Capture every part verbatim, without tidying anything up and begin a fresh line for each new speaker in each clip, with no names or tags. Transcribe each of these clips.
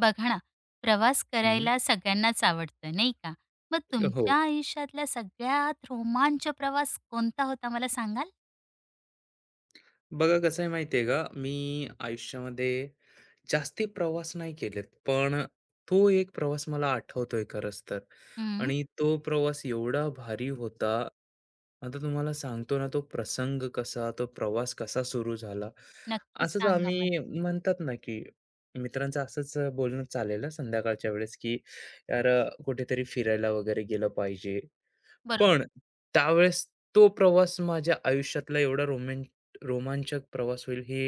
बघा ना, प्रवास
हं,
करायला सगळ्यांनाच आवडतं, नाही का? मग
हो.
तुमच्या आयुष्यातला सगळ्यात रोमांच प्रवास कोणता होता मला सांगाल?
बघा कसं आहे माहिती का, मी आयुष्यामध्ये जास्ती प्रवास नाही केलेत, पण तो एक प्रवास मला आठवतोय खरंच तर
हं.
आणि तो प्रवास एवढा भारी होता. आता तुम्हाला सांगतो ना तो प्रसंग कसा, तो प्रवास कसा सुरू झाला.
नक्कीच
असंच
सांगा
आम्ही
मला.
म्हणतात ना, की मित्रांचं असंच बोलणं चाललेलं संध्याकाळच्या वेळेस, की "यार अ, कुठेतरी फिरायला वगैरे गेलं पाहिजे." पण
बरोबर.
त्यावेळेस तो प्रवास माझ्या आयुष्यातला एवढा रोमॅन रोमांचक प्रवास होईल हे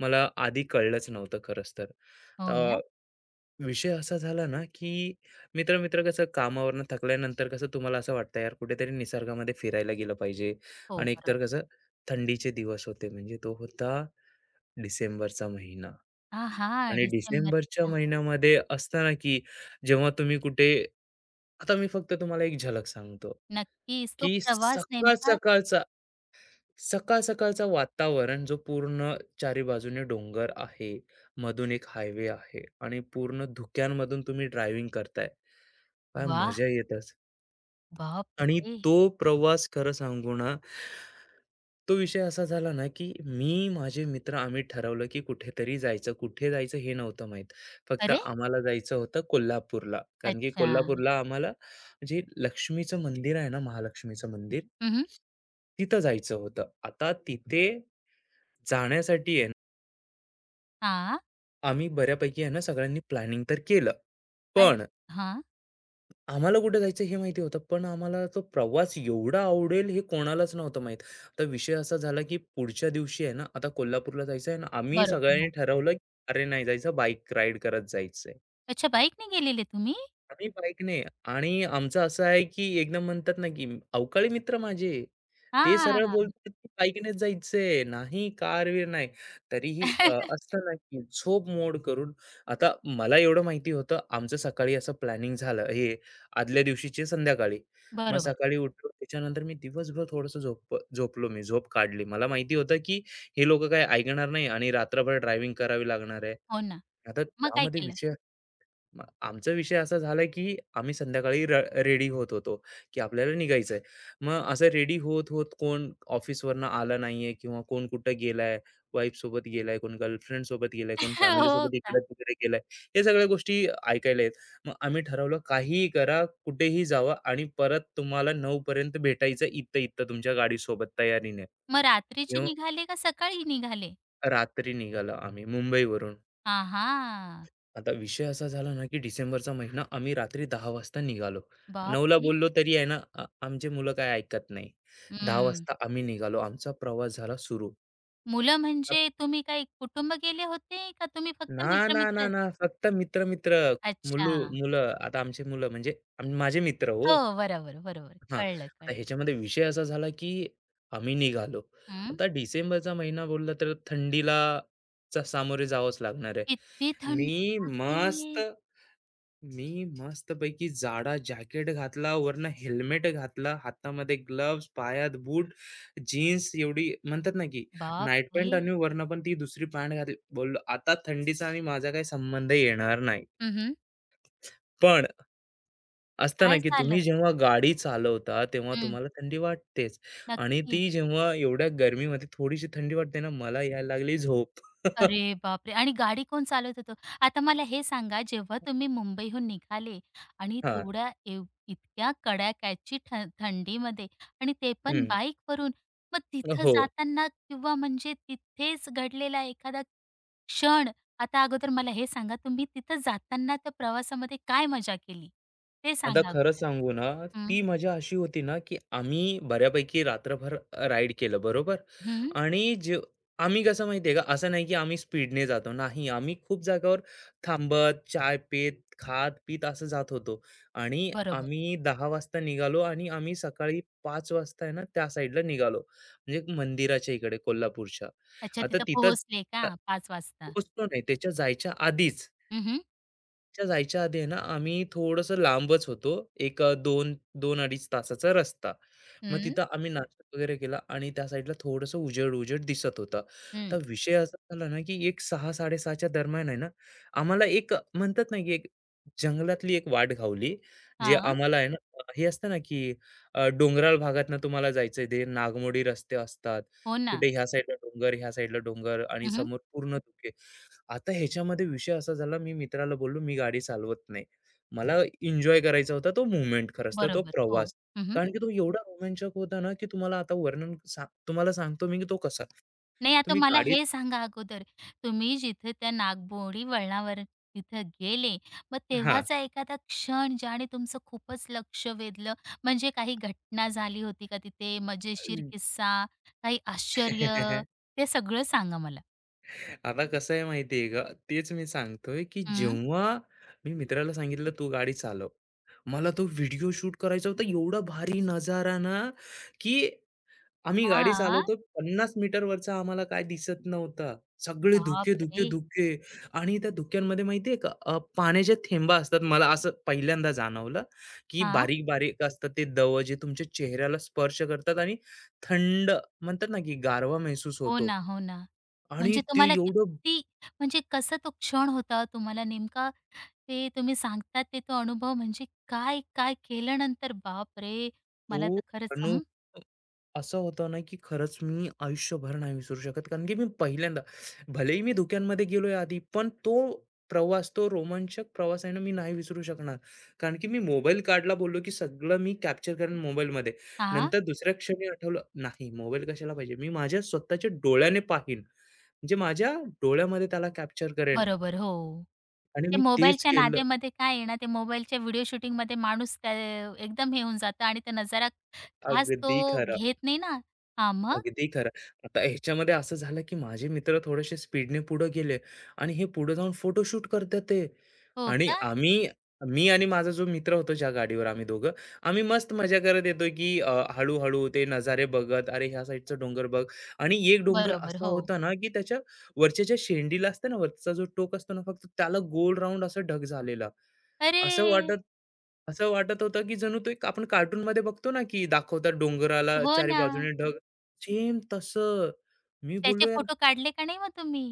मला आधी कळलंच नव्हतं खरंच तर.
हो
तर
ना?
विषय असा झाला ना, की मित्र-मित्र कसं कामावरनं थकल्यानंतर कसं तुम्हाला असं वाटतं यार कुठेतरी निसर्गामध्ये फिरायला गेलं पाहिजे
हो,
आणि एकतर
बरोबर.
कसं थंडीचे दिवस होते म्हणजे तो होता डिसेंबरचा महिना
आहा!
आणि डिसेंबरच्या
डिसेंबरचा.
महिन्यामध्ये असताना, की जेव्हा तुम्ही कुठे आता मी फक्त तुम्हाला एक झलक सांगतो.
नक्कीच. तो
की
प्रवास
सकाळ
नेमका
सकाळचा सकाळ सकाळचा वातावरण जो पूर्ण चारी बाजूने डोंगर आहे, मधून एक हायवे आहे आणि पूर्ण धुक्यांमधून तुम्ही ड्रायव्हिंग करताय. काय
वाह!
मजा येतच. आणि
बापरे!
तो प्रवास खरं सांगू ना, तो विषय असा झाला ना, की मी, माझे मित्र आम्ही ठरवलं, की कुठेतरी जायचं. कुठे जायचं हे नव्हतं माहीत. फक्त
अरे?
आम्हाला जायचं होतं कोल्हापूरला. कारण की
अच्छा.
कोल्हापूरला आम्हाला जे लक्ष्मीचं मंदिर आहे ना, महालक्ष्मीचं मंदिर,
हं, हं.
तिथं जायचं होतं. आता तिथे जाण्यासाठी आहे ना, आम्ही बऱ्यापैकी आहे ना, सगळ्यांनी प्लॅनिंग तर केलं.
अ
पण
हां.
आम्हाला कुठे जायचं हे माहिती होतं, पण आम्हाला तो प्रवास एवढा आवडेल हे कोणालाच नव्हतं माहीत. आता विषय असा झाला, की पुढच्या दिवशी आहे ना, आता कोल्हापूरला जायचं आहे आणि आम्ही
बरोबर.
सगळ्यांनी
हो.
ठरवलं, की "अरे, नाही जायचं, बाईक राईड करत जायचंय."
अच्छा, बाईकने गेलेले तुम्ही?
आम्ही बाईकने आणि आमचं असं आहे की एकदम म्हणतात ना की अवकाळी मित्र माझे ते सरळ
हां.
बोलतात की बाईकनेच जायचंय नाही कारवीर नाही तरीही अ, असतं ना की झोप मोड करून आता मला एवढं माहिती होतं आमचं सकाळी असं प्लॅनिंग झालं हे आदल्या दिवशीचे संध्याकाळी मग
बरोबर.
सकाळी उठलो त्याच्यानंतर मी दिवसभर थोडंसं झोप झोपलो मी झोप काढली मला माहिती होतं की हे लोक काय ऐकणार नाही आणि रात्रभर ड्रायव्हिंग करावी लागणार आहे
हो ना.
आता
मग काय
त्यामध्ये
केलं?
विषय मग आमचा विषय असा झाला की आम्ही संध्याकाळी र रेडी होत होतो, की आपल्याला निघायचंय. मग असं रेडी होत, होत कोण ऑफिसवरनं आला नाहीये किंवा कोण कुठं गेलाय, वाईफसोबत गेलाय, कोण गर्लफ्रेंडसोबत गेलाय, कोण
हो
फॅमिलीसोबत
का?
इकडे-तिकडे गेलाय. हे सगळ्या गोष्टी ऐकायला आहेत. मग आम्ही ठरवलं काहीही करा, कुठेही जावा आणि परत तुम्हाला नऊ पर्यंत भेटायचं इथं, इथं तुमच्या गाडीसोबत तयारीने.
मग रात्रीचे
तेव्हा
निघाले का सकाळी निघाले?
रात्री निघालो आम्ही मुंबईवरून.
आहा!
आता विषय असा झाला ना, की डिसेंबरचा महिना आम्ही रात्री दहा वाजता निघालो. नऊला
बापरे!
बोललो तरी आहे ना, आ आमची मुलं काही ऐकत नाही. दहा
हं.
वाजता आम्ही निघालो. आमचा प्रवास झाला सुरू.
मुलं
अप
म्हणजे तुम्ही काही कुटुंब गेले होते का तुम्ही फक्त
ना, ना, ना,
मित्र-मित्रच?
ना. फक्त मित्र-मित्र,
अच्छा.
मुलू मुलं. आता आमची मुलं म्हणजे आम माझे मित्र हो.
हो, बरोबर, बरोबर.
हां.
कळलं,
आता
कळलं.
ह्याच्यामध्ये विषय असा झाला, की आम्ही निघालो.
हं.
आता डिसेंबरचा महिना बोलला तर थंडीला चा सामोरे जावंच लागणार आहे.
किती थंडी
मी मस्त
राहते.
मी मस्तपैकी जाडा जॅकेट घातला, वरनं हेल्मेट घातला, हातामध्ये ग्लोव्हज, पायात बूट, जीन्स एवढी म्हणतात ना, की नाईट पॅन्ट
बापरे!
आणि वरनं पण ती दुसरी पॅन्ट घातली. बोललो, "आता थंडीचा आणि माझा काही संबंध येणार नाही."
हं, हं.
पण असतं ना,
काय
की
झालं?
तुम्ही जेव्हा गाडी चालवता, तेव्हा
हं.
तुम्हाला थंडी वाटतेच आणि ती
नक्कीच.
जेव्हा एवढ्या गरमीमध्ये थोडीशी थंडी वाटते ना, मला यायला लागली झोप.
अरे बापरे! आणि गाडी कोण चालवत होतं? आता मला हे सांगा, जेव्हा तुम्ही मुंबईहून निघाले आणि
हां,
तेवढ्या एव इतक्या कडाक्याची थ थंडीमध्ये आणि ते पण
हं.
बाईकवरून, मग तिथं
हो.
जाताना किंवा म्हणजे तिथेच घडलेला एखादा क्षण, आता अगोदर मला हे सांगा, तुम्ही तिथं जाताना त्या प्रवासामध्ये काय मजा केली? ते
आता
सांगा
खरं
अगोदर.
सांगू ना,
हं,
ती मजा अशी होती ना, की आम्ही बऱ्यापैकी रात्रभर राईड केलं बरोबर
हं.
आणि जे आम्ही कसं माहिती आहे का, असं नाही की आम्ही स्पीडने जातो. नाही, आम्ही खूप जागावर थांबत, चाय पेत, खात पीत असं जात होतो आणि
बरोबर.
आम्ही दहा वाजता निघालो आणि आम्ही सकाळी पाच वाजता आहे ना, त्या साईडला निघालो. म्हणजे मंदिराच्या इकडे कोल्हापूरच्या.
अच्छा,
आता
तिथं
तिथं
पोहोचले का
अ,
पाच वाजता?
पोहोचलो नाही त्याच्या जायच्या आधीच.
हं, हं.
च्या जायच्या आधी आहे ना, आम्ही थोडंसं लांबच होतो. एक अ, दोन, दोन अडीच तासाचा रस्ता. मग
हं,
तिथं आम्ही नाश्ता वगैरे केला आणि त्या साईडला थोडंसं उजेड-उजेड दिसत होता.
हं.
तर विषय असा झाला ना, की एक सहा 630च्या दरम्यान आहे ना, आम्हाला एक अ, म्हणतात ना, की एक जंगलातली एक वाट घावली. जे
हां.
आम्हाला आहे ना, अ, हे असतं ना, की अ, डोंगराळ भागातनं तुम्हाला जायचं ते नागमोडी रस्ते असतात.
हो ना.
कुठे ह्या साईडला डोंगर, ह्या साईडला डोंगर आणि समोर पूर्ण धुके. आता ह्याच्यामध्ये विषय असा झाला, मी मित्राला बोललो, "मी गाडी चालवत नाही. मला एन्जॉय करायचा होता तो मूव्हमेंट खरंच तर, तो
बरोबर. हो.
प्रवास."
हं, हं.
कारण की तो एवढा रोमांचक होता ना, की तुम्हाला आता वर्णन सा तुम्हाला सांगतो मी की तो कसा.
नाही, आता
तुम्ही
मला
गाडी
हे सांगा अगोदर, तुम्ही जिथे त्या नागमोडी वळणावर तिथं गेले, मग
हां.
तेव्हाचा एखादा क्षण ज्याने तुमचं खूपच लक्ष वेधलं, म्हणजे काही घटना झाली होती का तिथे? मजेशीर किस्सा, काही आश्चर्य, ते सगळं सांगा मला?
आता कसं आहे माहिती का? तेच मी सांगतोय, की
हं.
जेव्हा मी मित्राला सांगितलं, "तू गाडी चालव." मला तो व्हिडिओ शूट करायचा होता. एवढा भारी नजारा ना, की आम्ही गाडी
हां.
चालवतोय पन्नास मीटरवरचा आम्हाला काय दिसत नव्हता. सगळे धुके, धुके,
बापरे!
धुके आणि त्या धुक्यांमध्ये माहितीये का अ, पाण्याच्या थेंबा असतात. मला असं पहिल्यांदा जाणवलं, की
हां.
बारीक-बारीक असतात ते दव जे तुमच्या चेहऱ्याला स्पर्श करतात आणि थंड म्हणतात ना, की गारवा महसूस
हो
होतो.
ना, हो ना.
आणि
म्हणजे
ते
तुम्हाला
एवढं
किती म्हणजे कसा तो क्षण होता? तुम्हाला नेमका ते तुम्ही सांगतात ते तो अनुभव म्हणजे काय, काय केलं नंतर बापरे! मला
तो
तर खरंच
अनु
हं,
असं होतं ना, की खरंच मी आयुष्यभर नाही विसरू शकत. कारण की मी पहिल्यांदा भलेही मी धुक्यांमध्ये गेलोय आधी, पण तो प्रवास, तो रोमांचक प्रवास आहे ना, मी नाही विसरू शकणार. कारण की मी मोबाईल काढला बोललो, की सगळं मी कॅप्चर करेन मोबाईलमध्ये.
हां,
नंतर दुसऱ्या क्षणी आठवलं, नाही मोबाईल कशाला पाहिजे? मी माझ्या स्वतःच्या डोळ्याने पाहीन. म्हणजे माझ्या डोळ्यामध्ये त्याला कॅप्चर करेन
बरोबर. हो,
आणि
ते
मी तेच
मोबाईलच्या
केलं.
नाद्यामध्ये काय आहे ना, ते मोबाईलच्या व्हिडिओ शूटिंगमध्ये माणूस त्या एकदम हे होऊन जातो आणि तो नजारा खास
अगदी
तो
खरं.
घेत नाही ना. हां, मग?
अगदी खरं. आता ह्याच्यामध्ये असं झालं, की माझे मित्र थोडेसे स्पीडने पुढे गेले आणि हे पुढे जाऊन फोटोशूट करतात ते
हो
आणि
का?
आम्ही मी आणि माझा जो मित्र होतो ज्या गाडीवर आम्ही दोघं, आम्ही मस्त मजा करत येतो, की अ, हळू ते नजारे बघत, "अरे, ह्या साईडचा डोंगर बघ." आणि एक डोंगर
बरोबर.
असा
हो.
होता ना, की त्याच्या वरच्या ज्या शेंडीला असते ना, वरचा जो टोक असतो ना, फक्त त्याला गोल राउंड असा ढग झालेला.
अरे!
असं वाटत असं वाटत होतं, की जणू तो एक आपण कार्टूनमध्ये बघतो ना, की दाखवतात डोंगराला
हो
चारी
ना.
बाजूने ढग सेम तसं. मी बोललो,
त्याचे
"यार,
फोटो काढले का नाही मग तुम्ही?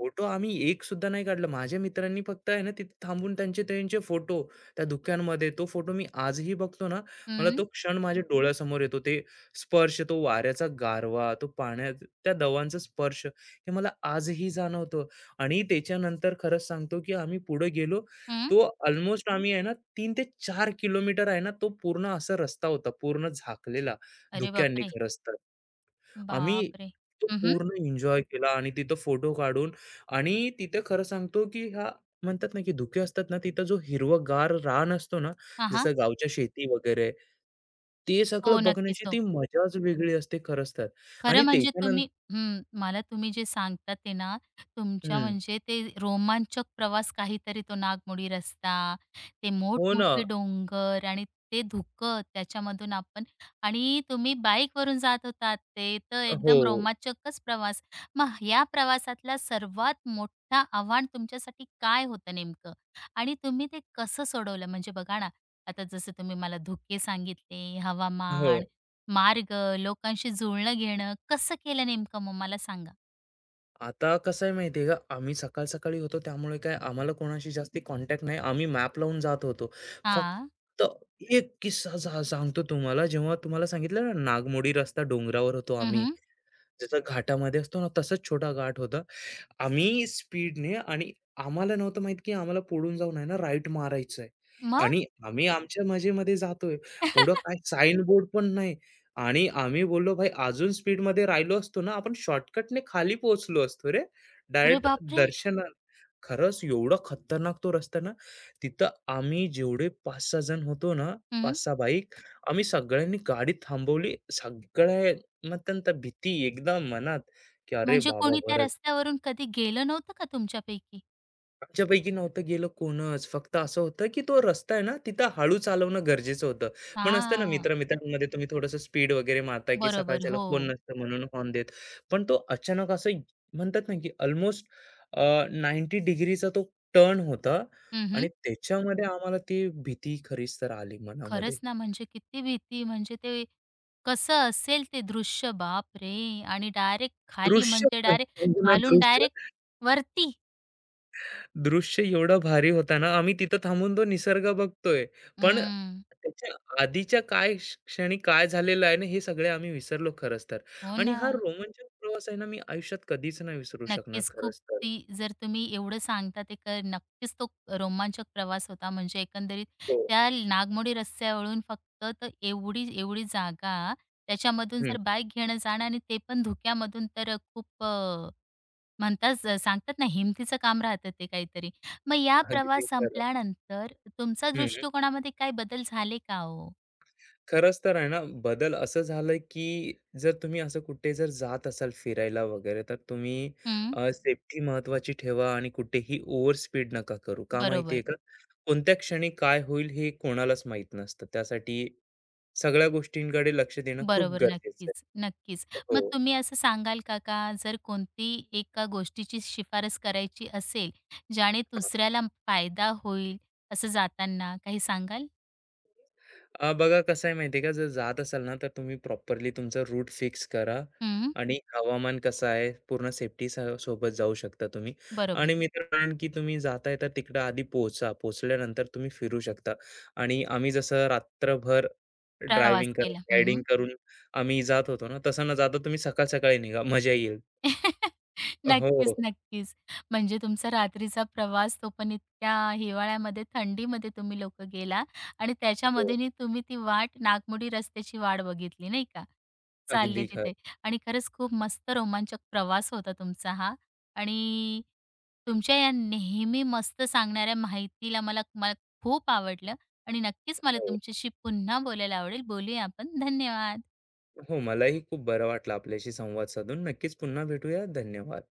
फोटो आम्ही एक सुद्धा नाही काढला." माझ्या मित्रांनी फक्त आहे ना तिथे थांबून त्यांचे त्यांचे फोटो त्या धुक्यांमध्ये, तो फोटो मी आजही बघतो ना, मला
हं,
तो क्षण माझ्या डोळ्यासमोर येतो. ते स्पर्श, तो वाऱ्याचा गारवा, तो पाण्यात त्या दवांचा स्पर्श, हे मला आजही जाणवतं. आणि त्याच्यानंतर खरंच सांगतो, की आम्ही पुढे गेलो.
हं.
तो अल्मोस्ट आम्ही आहे ना तीन ते चार किलोमीटर आहे ना, तो पूर्ण असा रस्ता होता, पूर्ण झाकलेला
अरे
धुक्यांनी
बापरे!
खरंच तर. आम्ही
बापरे!
तो
हं, हं.
पूर्ण एन्जॉय केला आणि तिथं फोटो काढून आणि तिथं खरं सांगतो, की ह्या म्हणतात ना, की धुके असतात ना, तिथं जो हिरवागार रान असतो ना,
हां,
जसं गावच्या शेती वगैरे, ते
हो,
सगळं
नक्कीच.
बघण्याची
हो.
ती मजाच वेगळी असते खरंच तर
खरं
आणि
म्हणजे
त्याच्यानंतर
तुम्ही हं, मला तुम्ही जे सांगतात ते ना, तुमच्या म्हणजे ते रोमांचक प्रवास काहीतरी तो नागमोडी रस्ता, ते
हो ना.
मोठमोठे डोंगर आणि ते धुकं त्याच्यामधून आपण आणि तुम्ही बाईकवरून जात होतात. ते तर एकदम
हो,
रोमांचकच प्रवास. मग या प्रवासातला सर्वात मोठा आव्हान तुमच्यासाठी काय होतं नेमकं? आणि तुम्ही ते कसं सोडवलं? म्हणजे बघा ना, आता जसं तुम्ही मला धुके सांगितले,
हो.
हवामान मार्ग, लोकांशी जुळणं घेणं कसं केलं नेमकं मग मला सांगा?
आता कसं आहे माहिती आहे का, आम्ही सकाळ-सकाळी होतो त्यामुळे काय आम्हाला कोणाशी जास्ती कॉन्टॅक्ट नाही. आम्ही मॅप लावून जात होतो.
हां.
फक्त एक किस्सा सा सांगतो तुम्हाला. जेव्हा तुम्हाला सांगितलं ना, नागमोडी रस्ता डोंगरावर होतो आम्ही.
हं,
जसा घाटामध्ये असतो ना, तसाच छोटा घाट होता. आम्ही स्पीडने आणि आम्हाला नव्हतं माहित, की आम्हाला पुढून जाऊन आहे ना राईट मारायचंय
मग?
आणि आम्ही आमच्या मजेमध्ये जातोय. पुढं काय साइन बोर्ड पण नाही आणि आम्ही बोललो, "भाई अजून स्पीडमध्ये राहिलो असतो ना, आपण शॉर्टकटने खाली पोहोचलो असतो रे."
अरे
डायरेक्ट
बापरे!
दर्शन खरंच एवढा खतरनाक तो रस्ता ना, तिथं आम्ही जेवढे पाच सहा जण होतो ना,
हं.
पाच सहा बाईक, आम्ही सगळ्यांनी गाडी थांबवली. सगळ्या मग त्यांना भीती एकदम मनात, की "अरे
म्हणजे
बाबा
कोणी त्या
बरं
रस्त्यावरून कधी गेलं नव्हतं का तुमच्यापैकी?
आमच्यापैकी नव्हतं गेलं कोणच. फक्त असं होतं, की तो रस्ता आहे ना, तिथं हळू चालवणं गरजेचं होतं. पण असतं ना
हां.
मित्र-मित्रांमध्ये तुम्ही थोडंसं स्पीड वगैरे मारता, की
बरोबर.
सकाळच्याला
हो.
कोण नसतं म्हणून हॉर्न देत. पण तो अचानक असं इ- म्हणतात ना, की अल्मोस्ट अ, डिग्रीचा तो टर्न होता
हं, हं.
आणि त्याच्यामध्ये आम्हाला ती भीती खरीच तर आली मनामध्ये.
खरंच ना, म्हणजे किती भीती म्हणजे ते कसं असेल ते दृश्य बापरे! आणि डायरेक्ट खाली
दृश्य
म्हणजे डायरेक्ट
संपूर्ण
खालून
दृश्य
डायरेक्ट वरती.
दृश्य एवढा भारी होता ना, आम्ही तिथं थांबून तो निसर्ग बघतोय. पण
हं.
त्याच्या आधीच्या काय क्ष क्षणी काय झालेलं आहे ना, हे सगळे आम्ही विसरलो खरंच तर.
हो
आणि
ना.
हा रोमांचक प्रवास आहे ना, मी आयुष्यात कधीच नाही विसरू शकणार
नक्कीच. खूप
खरंच तर.
ती जर तुम्ही एवढं सांगता ते क नक्कीच तो रोमांचक प्रवास होता. म्हणजे एकंदरीत
हो.
त्या नागमोडी रस्त्यावरून फक्त तर एवढी एवढी जागा, त्याच्यामधून
हं.
जर बाईक घेणं जाणं आणि ते पण धुक्यामधून तर अ, खूप अ, म्हणतात सांगतात ना हिमतीचं काम राहतं ते काहीतरी. मग या
अगदी
प्रवास
खरं.
संपल्यानंतर तुमच्या
हं.
दृष्टिकोनामध्ये काही बदल झाले का हो?
खरंच तर आहे ना, बदल असं झालं की जर तुम्ही असं कुठे जर जात असाल फिरायला वगैरे, तर तुम्ही
हं,
अ, सेफ्टी महत्त्वाची ठेवा आणि कुठेही ओव्हर स्पीड नका करू. का माहिती
बरोबर.
आहे का? कोणत्या क्षणी काय होईल हे कोणालाच माहीत नसतं. त्यासाठी सगळ्या गोष्टींकडे लक्ष देणं खूप
बरोबर.
गरजेचं आहे.
नक्कीच, नक्कीच. मग
हो.
तुम्ही असं सांगाल का, का जर कोणती एका गोष्टीची शिफारस करायची असेल, ज्याने दुसऱ्याला फायदा होईल असं जाताना काही सांगाल?
अ, बघा कसं आहे माहिती आहे का, जर जात असाल ना, तर तुम्ही प्रॉपरली तुमचा रूट फिक्स करा
हं,
आणि हवामान कसं आहे, पूर्ण सेफ्टीसह सोबत जाऊ शकता तुम्ही
बरोबर.
आणि मी तर म्हणेन की तुम्ही जाताय तर तिकडं आधी पोहोचा. पोहोचल्यानंतर तुम्ही फिरू शकता आणि आम्ही जसं रात्रभर
प्रवास
ड्रायव्हिंग करून,
केला.
रायडिंग करून आम्ही जात होतो ना, तसं न जाता तुम्ही सकाळ-सकाळी निघा, मजा येईल.
नक्कीच,
हो,
नक्कीच. म्हणजे तुमचा रात्रीचा प्रवास तो पण इतक्या हिवाळ्यामध्ये, थंडीमध्ये तुम्ही लोक गेला आणि
हो.
त्याच्यामधूनही तुम्ही ती वाट, नागमोडी रस्त्याची वाट बघितली, नाही का? चालले
अगदी खरं.
तिथे आणि खरंच खूप मस्त रोमांचक प्रवास होता तुमचा हा आणि तुमच्या या नेहमी मस्त सांगणाऱ्या माहितीला मला मला खूप आवडलं आणि नक्कीच मला
हो.
तुमच्याशी पुन्हा बोलायला आवडेल. बोलूया आपण. धन्यवाद.
हो, मलाही खूप बरं वाटलं आपल्याशी संवाद साधून. नक्कीच पुन्हा भेटूया. धन्यवाद.